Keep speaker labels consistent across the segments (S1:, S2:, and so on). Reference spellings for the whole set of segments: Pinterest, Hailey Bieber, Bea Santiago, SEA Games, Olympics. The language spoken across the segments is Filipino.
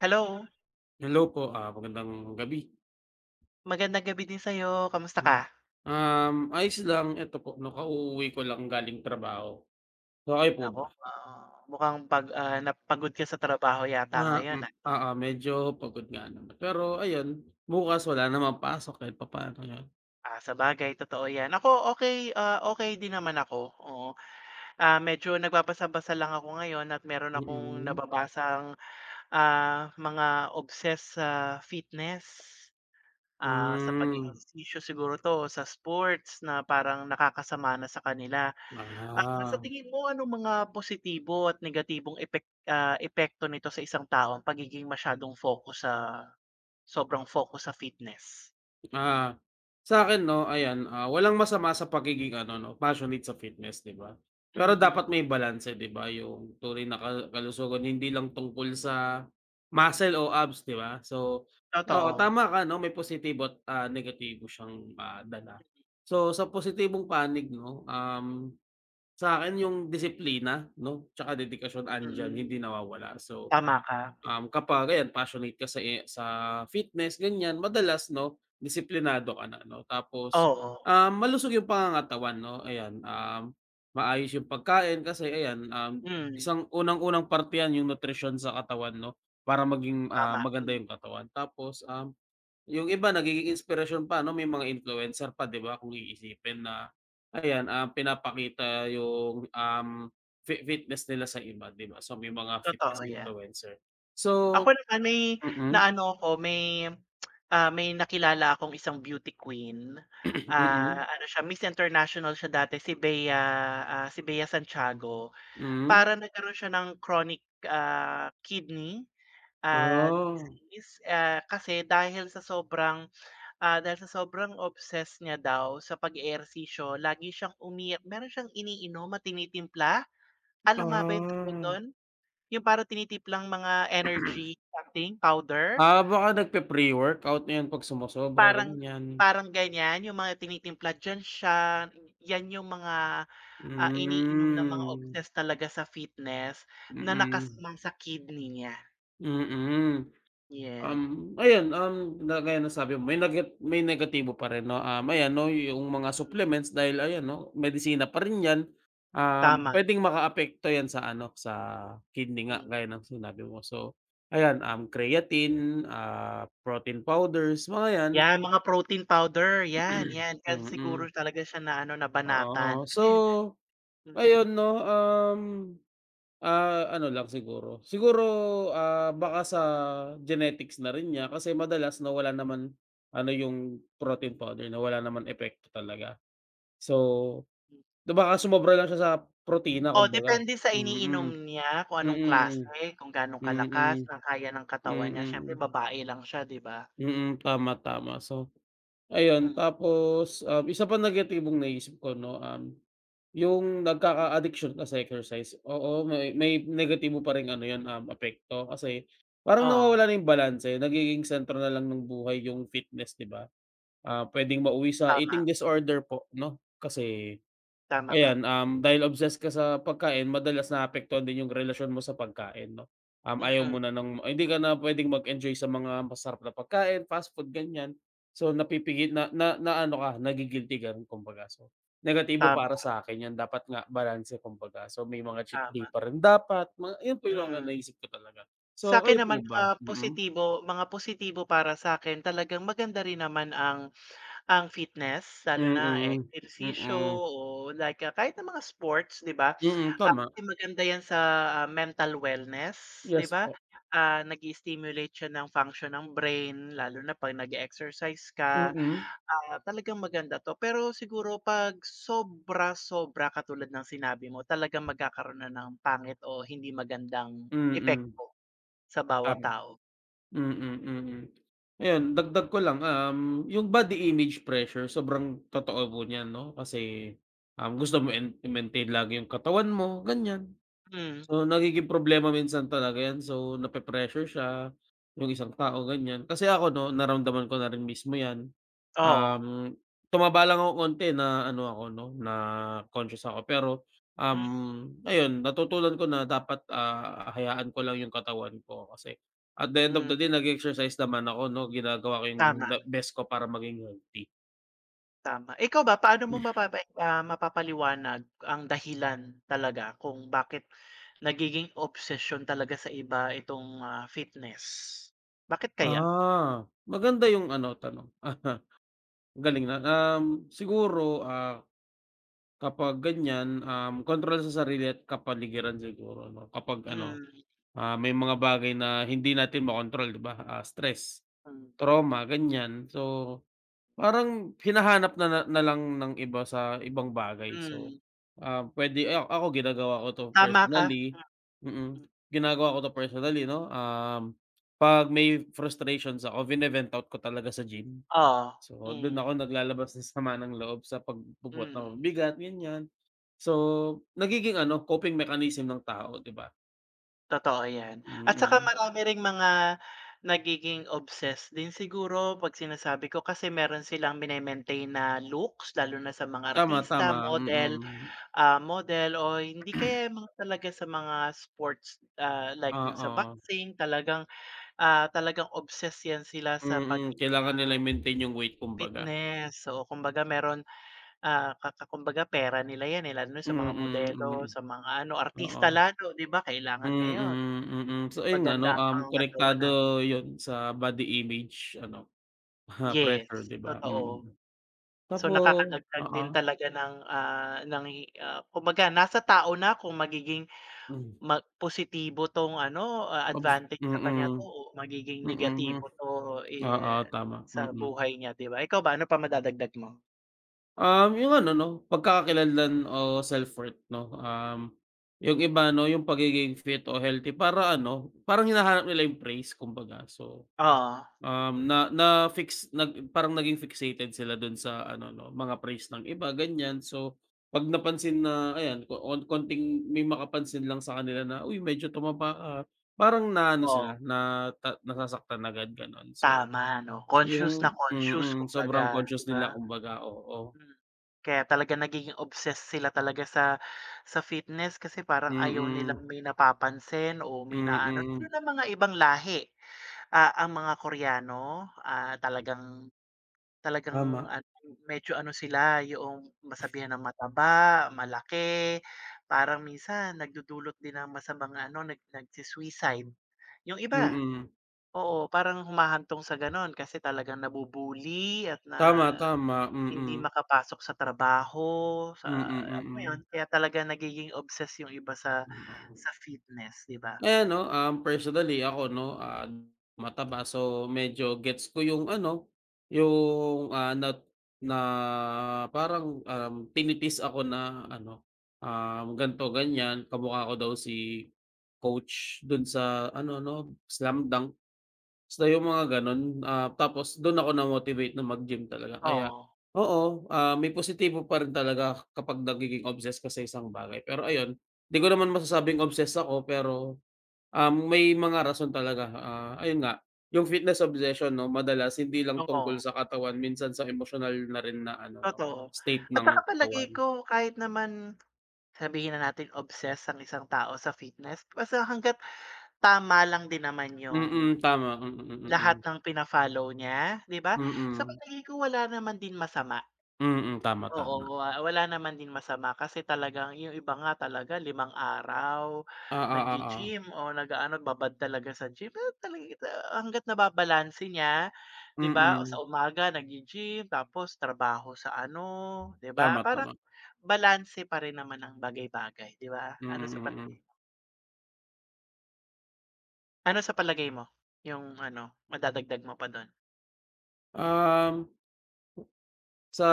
S1: Hello,
S2: Hello po, magandang gabi.
S1: magandang gabi din sa'yo, kamusta ka?
S2: Ayos lang, eto po 'no, kauuwi ko lang galing trabaho. So, kayo po
S1: Naku,
S2: ba?
S1: mukhang na ka sa trabaho yata
S2: Na
S1: ngayon,
S2: mm, ah oo, medyo pagod nga naman. Pero ayun, bukas wala namang pasok kahit papaano 'yon.
S1: Sabagay totoo 'yan. Ako okay, okey din naman ako, oo. Medyo nagbabasa-basa lang ako ngayon at meron akong
S2: Mm.
S1: nababasang mga obsessed sa fitness. Sa
S2: Hmm,
S1: pag-ehersisyo siguro 'to, sa sports na parang nakakasama na sa kanila. Sa
S2: ah.
S1: tingin mo ano mga positibo at epekto nito sa isang tao ang pagiging masyadong focus sa sobrang focus sa fitness?
S2: Ah, sa akin 'no, ayan, walang masama sa pagiging ano 'no, passionate sa fitness, 'di ba? Pero
S1: Mm,
S2: dapat may balanse, 'di ba, yung tunay na kalusugan hindi lang tungkol sa muscle o abs, 'di ba? So, oo,
S1: totoo.
S2: tama ka 'no, may positibo at, negatibo siyang, dala. So, sa positibong panig 'no, sa akin yung disiplina 'no, 'tsaka dedikasyon andiyan,
S1: Mm,
S2: hindi nawawala. So,
S1: tama ka.
S2: Kapag ayan passionate ka sa fitness ganyan madalas 'no, disiplinado ka na 'no tapos,
S1: Oo,
S2: malusog yung pangangatawan 'no ayan, maayos yung pagkain kasi ayan,
S1: mm,
S2: isang unang-unang parte yan yung nutrition sa katawan 'no para maging,
S1: tama,
S2: maganda
S1: hmm,
S2: yung katawan tapos, yung iba nagiging inspirasyon pa 'no, may mga influencer pa 'di ba kung iisipin na ayan, pinapakita yung, fitness nila sa iba 'di ba? So may mga fitness
S1: totoo 'yan.
S2: influencer.
S1: Ako
S2: So
S1: naman
S2: mm,
S1: naano ako, may, may nakilala akong isang beauty queen,
S2: mm,
S1: ano siya Miss International siya dati si Bea, si Bea Santiago.
S2: hmm,
S1: Para nagkaroon siya ng chronic, kidney,
S2: oh
S1: disease, kasi dahil sa sobrang obsessed niya daw sa pag-eehersisyo lagi siyang umiyak. Meron siyang iniinom at tinitimpla. Ano nga ba yung tawag
S2: ah.
S1: dun? Yung parang tinitimplang mga energy something powder,
S2: Ah, baka nagpe-pre-workout na 'yan 'pag sumosobra
S1: parang
S2: ganyan.
S1: parang ganyan yung mga tinitimpla diyan siya, yan yung mga, ah, iniinom ng mga
S2: Hmm,
S1: obsessed talaga sa fitness na
S2: mm,
S1: nakasama sa kidney niya,
S2: mm.
S1: yes.
S2: Ayun, na gaya ng sabi mo may may negatibo pa rin 'no, ayan 'no, yung mga
S1: Mm,
S2: supplements dahil ayan 'no, medisina pa rin 'yan,
S1: tama,
S2: puwedeng makaapekto 'yan sa ano, sa kidney nga
S1: mm.
S2: gaya ng sinabi mo. So, ayan, creatine, protein powders, mga 'yan.
S1: 'Yan mga protein powder, 'yan, 'yan kaya
S2: Mm,
S1: siguro
S2: mm.
S1: talaga siya na ano nabanatan
S2: Oo. So,
S1: kasi mm,
S2: ayun 'no, ah, ano lang siguro, siguro, baka sa genetics na rin niya kasi madalas nawala naman ano yung protein powder nawala naman epekto talaga. So,
S1: hmm.
S2: na baka sumobra lang siya sa protina
S1: Oh,
S2: kumbaga.
S1: depende sa iniinom
S2: Mm,
S1: niya kung anong
S2: mm,
S1: klase, kung ganong kalakas
S2: mm,
S1: ang kaya ng katawan niya, siyempre
S2: mm,
S1: babae lang siya 'di ba?
S2: mm, tama, tama. So, ayun
S1: Mm,
S2: tapos, isa pa negatibong naisip ko 'no, yung nagkaka-addiction ka sa exercise, oo, may negatibo pa ring ano 'yun, epekto kasi parang
S1: oo,
S2: nawawala na yung balanse, eh, nagiging sentro na lang ng buhay yung fitness, 'di ba? Ah, puwedeng mauwi sa
S1: tama,
S2: eating
S1: hmm,
S2: disorder po 'no, kasi
S1: tama ka.
S2: ayan, dahil obsessed ka sa pagkain madalas naapektuhan din yung relasyon mo sa pagkain 'no? Ayaw
S1: Mm,
S2: mo na ng ay, hindi ka na pwedeng mag-enjoy sa mga masarap na pagkain, fast food, ganiyan. So, napipigil na na na ano ka, nagi-guilty ka rin, kumbaga. So, negatibo
S1: tama,
S2: para sa'kin 'yan, dapat nga balance kumbaga. So, may mga cheat day
S1: tama,
S2: pa rin dapat, mga 'yun po yung mga
S1: mm.
S2: naisip ko talaga.
S1: Sa
S2: So,
S1: akin
S2: kayo po
S1: naman
S2: ba? Mm.
S1: mga positibo para sa akin talagang maganda rin naman ang fitness, lalo na
S2: Mm.
S1: ehersisyo
S2: Mm.
S1: o like, kahit na mga sports, 'di ba?
S2: Mm, tama.
S1: Kasi maganda 'yan sa mental wellness, 'di
S2: Yes
S1: ba?
S2: po.
S1: Nag-i-stimulate siya ng function ng brain lalo na 'pag nag exercise ka,
S2: Mm.
S1: talagang maganda 'to. Pero siguro 'pag sobra-sobra katulad ng sinabi mo, talagang magkakaroon na ng pangit o hindi magandang
S2: Mm.
S1: epekto sa bawat
S2: Tama.
S1: tao.
S2: Mm, mm. Ayun, dagdag ko lang, yung body image pressure sobrang totoo po niyan 'no, kasi, gusto mo i-maintain lagi yung katawan mo, ganyan.
S1: Hmm,
S2: So, nagiging problema minsan talaga 'yan. So, nape-pressure siya, yung isang tao, ganyan. Kasi ako 'no, naramdaman ko na rin mismo 'yan.
S1: oo.
S2: Um, tumaba lang ako konti na ano ako 'no, na conscious ako. Pero,
S1: Hmm,
S2: ayun, natutulan ko na dapat, hayaan ko lang yung katawan ko. Kasi at the end of
S1: hmm,
S2: the day, nag exercise naman ako 'no, ginagawa ko yung
S1: tama.
S2: the best ko para maging healthy.
S1: Tama. Ikaw ba, paano mo mapapai ah, mapapaliwanag ang dahilan talaga kung bakit nagiging obsession talaga sa iba itong, fitness? Bakit kaya?
S2: Ah, maganda yung ano, tanong. Galing, na um, siguro, ah, kapag ganyan, kontrol sa sarili at kapaligiran siguro 'no, kapag ano,
S1: Mm,
S2: may mga bagay na hindi natin makontrol 'di ba, stress,
S1: hmm,
S2: trauma, ganyan. So, parang hinahanap na na na lang ng iba sa ibang bagay. So,
S1: hmm,
S2: ah, pwede a ako ginagawa ko 'to
S1: tama ka.
S2: personally, mm,
S1: Hmm,
S2: ginagawa ko 'to personally 'no, 'pag may frustrations ako vine-vent out ko talaga sa gym.
S1: oo,
S2: So, dun
S1: hmm,
S2: ako naglalabas ng sama ng loob sa pagbubuhat ng
S1: hmm,
S2: mabibigat, ganyan. So, nagiging ano, coping mechanism ng tao, 'di ba?
S1: totoo 'yan. At saka
S2: Mm.
S1: marami ring mga nagiging obsessed din siguro 'pag sinasabi ko kasi meron silang mine na looks lalo na sa mga
S2: Tama,
S1: artista,
S2: tama,
S1: model.
S2: mm.
S1: Model o hindi kaya yung mga talaga sa mga sports, like yung sa
S2: Oo,
S1: boxing talagang, talagang obsessed yan sila
S2: mm. Kailangan nila
S1: ah,
S2: i-maintain yung weight kumbaga.
S1: fitness. So, kumbaga meron, ah, kaka ka kumbaga pera nila yan, eh, lalo na sa
S2: Mm,
S1: mga modelo,
S2: mm.
S1: sa mga ano,
S2: Oo.
S1: artista lalo, 'di ba kailangan
S2: Mm,
S1: ngayon
S2: mm. So, ayun nga
S1: maganda
S2: ano
S1: ang
S2: um,
S1: pangangatawan ng
S2: konektado yun sa body image ano,
S1: yes,
S2: pressure, 'di ba?
S1: totoo.
S2: Mm.
S1: So,
S2: Tapo
S1: nakakadagdag
S2: oo,
S1: din talaga ng kumbaga nasa tao na kung magiging
S2: hmm,
S1: mag positibo 'tong ano,
S2: obs
S1: advantage
S2: mm,
S1: sa mm. Kanya 'to o magiging
S2: mm.
S1: negatibo 'to,
S2: Oo,
S1: eh,
S2: tama,
S1: sa
S2: mm.
S1: buhay niya, 'di ba? Ikaw ba, ano pa madadagdag mo?
S2: Yung ano 'no, pagkakakilanlan o self-worth 'no, yung iba 'no, yung pagiging fit o healthy para ano, parang hinahanap nila yung praise kumbaga. So,
S1: Oo,
S2: um, na na-fix nag parang naging fixated sila dun sa ano 'no, mga praise ng iba ganyan. So, 'pag napansin na ayan, ko on konting may makapansin lang sa kanila na, "Uy medyo tumaba ka," parang na ano
S1: oo,
S2: sila na nasasaktan agad gano'n. So,
S1: tama 'no, conscious na
S2: yung mm,
S1: conscious
S2: mm,
S1: kumbaga,
S2: sobrang
S1: 'di
S2: conscious
S1: ba?
S2: nila kumbaga, oo. Oo.
S1: Mm. Kaya talaga nagiging obsessed sila talaga sa fitness kasi parang
S2: Mm.
S1: ayaw
S2: Mm.
S1: nilang may napapansin o may naano, lalo
S2: Mm,
S1: na mga ibang lahi. Ang mga Koreano, ah, talagang talagang
S2: tama,
S1: ano, medyo ano sila, yoong masabihan ng mataba, malaki, parang minsan nagdudulot din ng masamang ano, nagsi-suicide. Yung iba,
S2: mm.
S1: oo, parang humahantong sa gano'n kasi talagang nabu-bully at na
S2: Tama, tama,
S1: hindi
S2: mm.
S1: makapasok sa trabaho, sa
S2: Mm,
S1: alam mo 'yun,
S2: mm.
S1: kaya talagang nagiging obsessed yung iba sa
S2: Mm.
S1: sa fitness, 'di ba?
S2: Ayan 'no, personally ako 'no, mataba so medyo gets ko yung ano, yung, ah, na na parang, tinipis ako na ano, ganito ganyan kamukha ko daw si coach dun sa ano 'no, Slam Dunk. So, yung mga gano'n, tapos do'n ako na-motivate na mag-gym talaga kaya
S1: Oo,
S2: oo, may positibo pa rin talaga kapag nagiging obsessed ka sa isang bagay. Pero ayun, 'di ko naman masasabing obsessed ako pero, may mga rason talaga, ayun nga, yung fitness obsession 'no, madalas hindi lang tungkol
S1: oo,
S2: sa katawan minsan sa emosyonal na rin na ano 'no,
S1: totoo.
S2: state
S1: At saka
S2: ng
S1: palagay
S2: katawan.
S1: ko kahit naman sabihin na natin obsessed ang isang tao sa fitness, kasi hangga't tama lang din naman yung
S2: Mm, tama, mm, mm,
S1: lahat
S2: mm.
S1: ng pina-follow niya, 'di ba? Sa palagay ko wala naman din masama,
S2: Mm, mm, tama,
S1: oo,
S2: tama.
S1: wala naman din masama kasi talagang yung iba nga talaga limang araw
S2: Oo,
S1: nag
S2: oo.
S1: gym o nag-aano, babad talaga sa gym, pero talaga hangga't nababalanse niya, 'di ba? O
S2: Mm,
S1: sa umaga nag gym tapos trabaho sa ano, 'di ba?
S2: tama,
S1: Parang
S2: tama.
S1: balanse pa rin naman ang bagay-bagay, 'di ba?
S2: Mm, mm.
S1: Ano sa palagay mo yung ano, madadagdag mo pa dun?
S2: Um, sa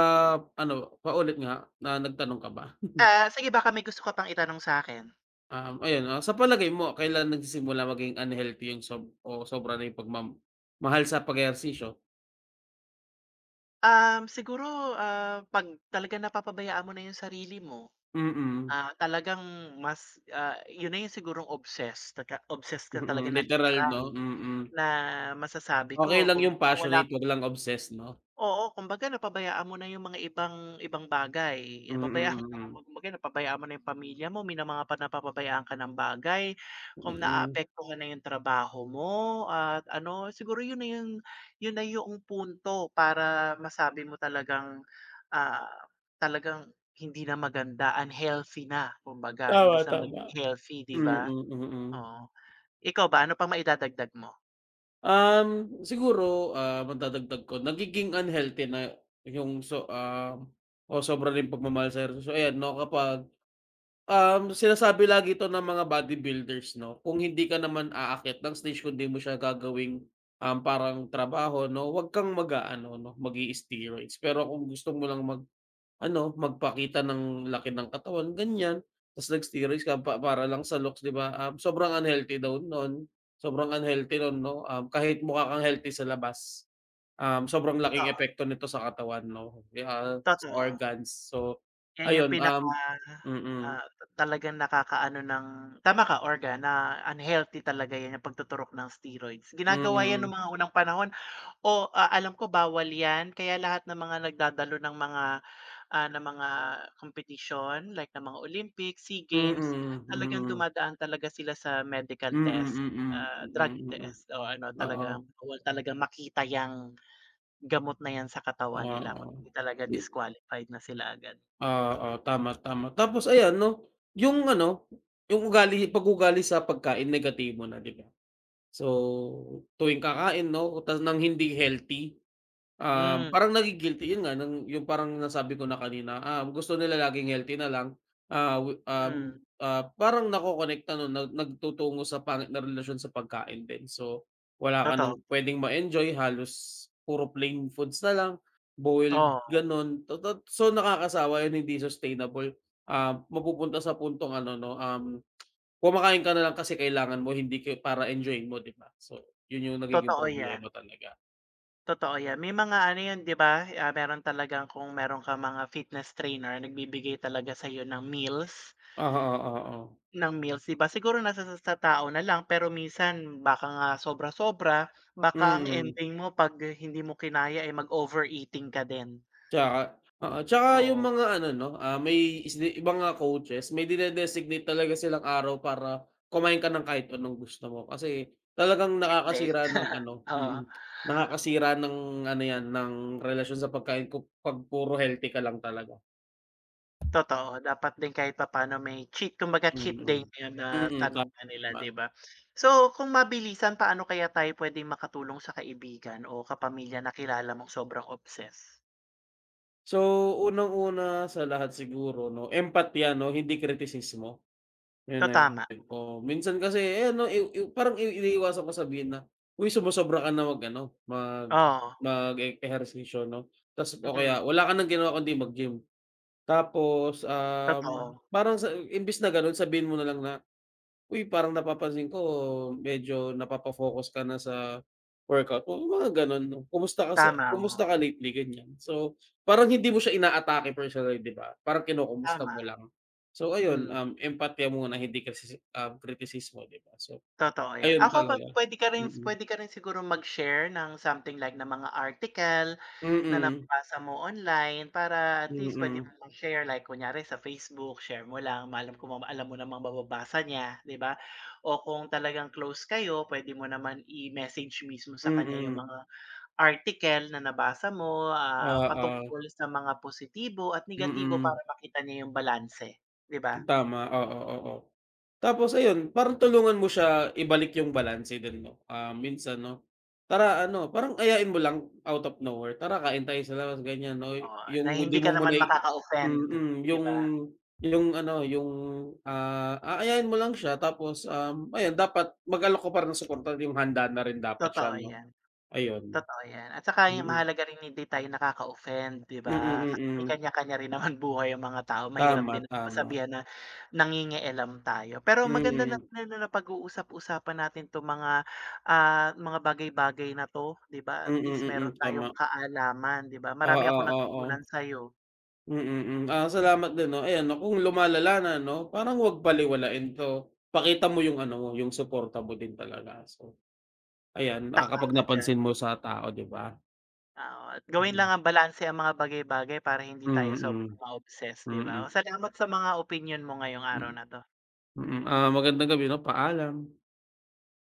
S2: ano, paulit nga na nagtanong ka ba?
S1: Sige baka may gusto ka pang itanong sa'kin?
S2: Um, ayun, sa palagay mo kailan nagsisimula maging unhealthy yung sob o sobra na yung pagmamahal sa pag-ehersisyo?
S1: Siguro, 'pag talagang napapabayaan mo na yung sarili mo,
S2: Mm,
S1: ah, talagang yun na yung sigurong obsessed, nagka obsessed ka
S2: mm,
S1: talaga na
S2: literal
S1: literal
S2: 'no, mm.
S1: na masasabi
S2: Okey
S1: ko
S2: lang
S1: kung
S2: yung
S1: wala.
S2: passionate, 'wag lang obsessed 'no?
S1: Oo, kumbaga napabayaan mo na yung mga ibang ibang bagay.
S2: Mm,
S1: Napabayaan
S2: mm,
S1: mo, kumbaga napabayaan mo na yung pamilya mo, may na mga pa napapabayaan ka ng bagay, kung
S2: mm.
S1: naaapektuhan na yung trabaho mo at ano, siguro yun na yung punto para masabi mo talagang, ah, talagang hindi na maganda, unhealthy na kumbaga imbes
S2: Tama,
S1: na
S2: tama.
S1: maging healthy, 'di
S2: Mm,
S1: ba?
S2: mm.
S1: Oo. Ikaw ba, ano pang maidadagdag mo?
S2: Um, siguro, ah, madadagdag ko nagiging unhealthy na yung so, ah, o sobra na yung pagmamahal sa ehersisyo ayan 'no kapag um, sinasabi lagi ito ng mga bodybuilders 'no, kung hindi ka naman aakyat ng stage kundi mo siya gagawing, parang trabaho 'no, huwag kang mag ano 'no, mag steroids. Pero kung gusto mo lang mag-ano, magpakita ng laki ng katawan ganyan, ta's nag-steroids ka pa para lang sa looks 'di ba, sobrang unhealthy daw nun, sobrang unhealthy nun 'no, kahit mukha kang healthy sa labas, sobrang laking
S1: Totoo,
S2: epekto nito sa katawan 'no, sa
S1: totoo.
S2: organs. So
S1: Yan yung
S2: ayun,
S1: pinaka,
S2: mm. Mm.
S1: ah, talagang nakakaano ng tama ka, Orga, na unhealthy talaga yan yung pagtuturok ng steroids. Ginagawa yan nung
S2: Mm,
S1: mga unang panahon o, alam ko bawal yan kaya lahat ng mga nagdadalo ng mga competition like ng mga Olympics, SEA Games,
S2: mm,
S1: talagang
S2: mm.
S1: dumadaan talaga sila sa medical
S2: Mm, mm,
S1: test,
S2: mm, mm.
S1: drug
S2: Mm, mm, mm,
S1: test o ano
S2: oo,
S1: talagang bawal talagang makita yung gamot na yan sa katawan nila
S2: oo.
S1: kundi talaga
S2: Di
S1: disqualified na sila agad.
S2: oo, tama, tama. Tapos ayan 'no, yung ano, yung ugali sa pagkain negatibo na, 'di ba? So, tuwing kakain 'no, tas ng hindi healthy ah,
S1: Hmm.
S2: parang nagi-guilty, yun nga ng yung parang nasabi ko na kanina, gusto nila laging healthy na lang,
S1: Hmm,
S2: parang nakokonekta nun nagtutungo sa pangit na relasyon sa pagkain din. So, wala ka
S1: totoo.
S2: ng puwedeng ma-enjoy halos puro plain foods na lang, boiled
S1: Oo,
S2: gano'n. Toto so, nakakasawa yun, hindi sustainable. Ah, mapupunta sa puntong ano 'no, kumakain ka na lang kasi kailangan mo hindi ka para enjoyin mo, 'di ba? So, yun yung nagiging
S1: totoo 'yan,
S2: problema talaga.
S1: totoo 'yan. May mga ano 'yun 'di ba, meron talagang kung meron ka mga fitness trainer nagbibigay talaga sa'yo
S2: Oo, oo. Oo.
S1: ng meals 'di ba? Siguro nasa sa tao na lang pero minsan baka nga sobra-sobra, baka ang
S2: Mm,
S1: ending mo 'pag hindi mo kinaya, ay mag-overeating ka din.
S2: tsaka oo, tsaka yung
S1: Oo,
S2: mga ano 'no, may iba nga coaches may dine-designate talaga silang araw para kumain ka ng kahit anong gusto mo kasi talagang
S1: hindi.
S2: nakakasira ng ano mm,
S1: Oo.
S2: nakakasira ng ano 'yan, ng relasyon sa pagkain ku 'pag puro healthy ka lang talaga.
S1: Totoo, dapat din kahit papaano may cheat kumbaga cheat day
S2: Mm.
S1: ngayon na
S2: Mm,
S1: tanong na nila,
S2: tama.
S1: 'di ba? So, kung mabilisan, paano kaya tayo puwedeng makatulong sa kaibigan o kapamilya na kilala mong sobrang obsessed?
S2: So, unang-una sa lahat siguro 'no, empatiya 'no, hindi kritisismo. Yun
S1: To
S2: na
S1: tama,
S2: yun, oo. Minsan kasi eh, ano, i parang iniiwasan ko sabihin na, "Uy, sumosobra ka na wag ano,
S1: oo,
S2: mag-ehersisyo 'no." Ta's o kaya,
S1: mm,
S2: "Wala ka ng ginawa kundi mag-gym." Tapos,
S1: totoo,
S2: parang sa imbes na gano'n sabihin mo na lang na, uy, parang napapansin ko medyo napapa-focus ka na sa workout mo, yung mga gano'n 'no.
S1: tama, oo,
S2: Kumusta ka lately, ganyan. So, parang
S1: mm,
S2: hindi mo siya inaatake personally, 'di ba? Parang kinukumusta mo
S1: tama,
S2: lang. So ayun,
S1: mm.
S2: empatya muna hindi kritisismo, 'di ba? So,
S1: Totoo 'yan.
S2: ayun
S1: Ako pa
S2: talaga.
S1: Puwede ka rin,
S2: Mm.
S1: puwede ka rin sigurong mag-share ng something like ng mga article na
S2: Mm.
S1: nababasa mo online para at least puwede mo
S2: Mm.
S1: lang share like kunyari sa Facebook, share mo lang malam kung alam mo namang mababasa niya, 'di ba? O kung talagang close kayo, puwede mo naman i-message mismo sa kanya yung
S2: Mm.
S1: mga article na nabasa mo,
S2: Oo.
S1: patungkol sa mga positibo at negatibo
S2: Mm.
S1: para makita niya yung balanse, 'di ba?
S2: Tama. Oo, oo. Tapos ayun, parang tulungan mo siya ibalik yung balanse din 'no, minsan 'no, "Tara ano," parang ayain mo lang out of nowhere, "Tara kain tayo sa labas," ganyan 'no,
S1: Oo, na
S2: yung hindi
S1: hindi ka
S2: mo muna
S1: naman
S2: i
S1: makaka-offend,
S2: mm,
S1: 'di ba?
S2: yung ano, yung, aayahin mo lang siya tapos, ayun dapat mag-alok ka pa rin ng suporta, yung handa na rin dapat
S1: Totoo
S2: siya 'no,
S1: yan,
S2: ayun.
S1: totoo yan at saka yung
S2: Mm.
S1: mahalaga rin hindi tayo nakaka-offend, 'di
S2: Mm,
S1: ba? Kasi may
S2: mm.
S1: kanya-kanya rin naman buhay ang mga tao mahirap
S2: Tama,
S1: din naman
S2: tama.
S1: sabihan na nangingialam tayo. Pero maganda na
S2: Mm.
S1: na na pag uusap usapan natin 'tong mga bagay-bagay na 'to, 'di ba? At
S2: Mm,
S1: least
S2: mm.
S1: meron tayong
S2: Tama.
S1: kaalaman, 'di ba?
S2: Oo,
S1: Marami akong
S2: oo. Oo.
S1: natutunan sa'yo,
S2: Mm, mm. Ah, salamat din 'no. Ayan 'no, kung lumalala na 'no, parang wag balewalain. So, pakita mo yung ano mo, yung suporta mo din talaga. So, ayan,
S1: tama
S2: kapag
S1: ka diyan.
S2: napansin mo sa tao, 'di ba?
S1: Oo, at gawin lang
S2: Mm,
S1: ang balanse ang mga bagay-bagay para hindi tayo
S2: mm, mm,
S1: sobrang ma-obsess, 'di ba?
S2: mm,
S1: Salamat sa mga opinion mo ngayong araw
S2: mm.
S1: na 'to.
S2: Mm. Ah, magandang gabi 'no, paalam.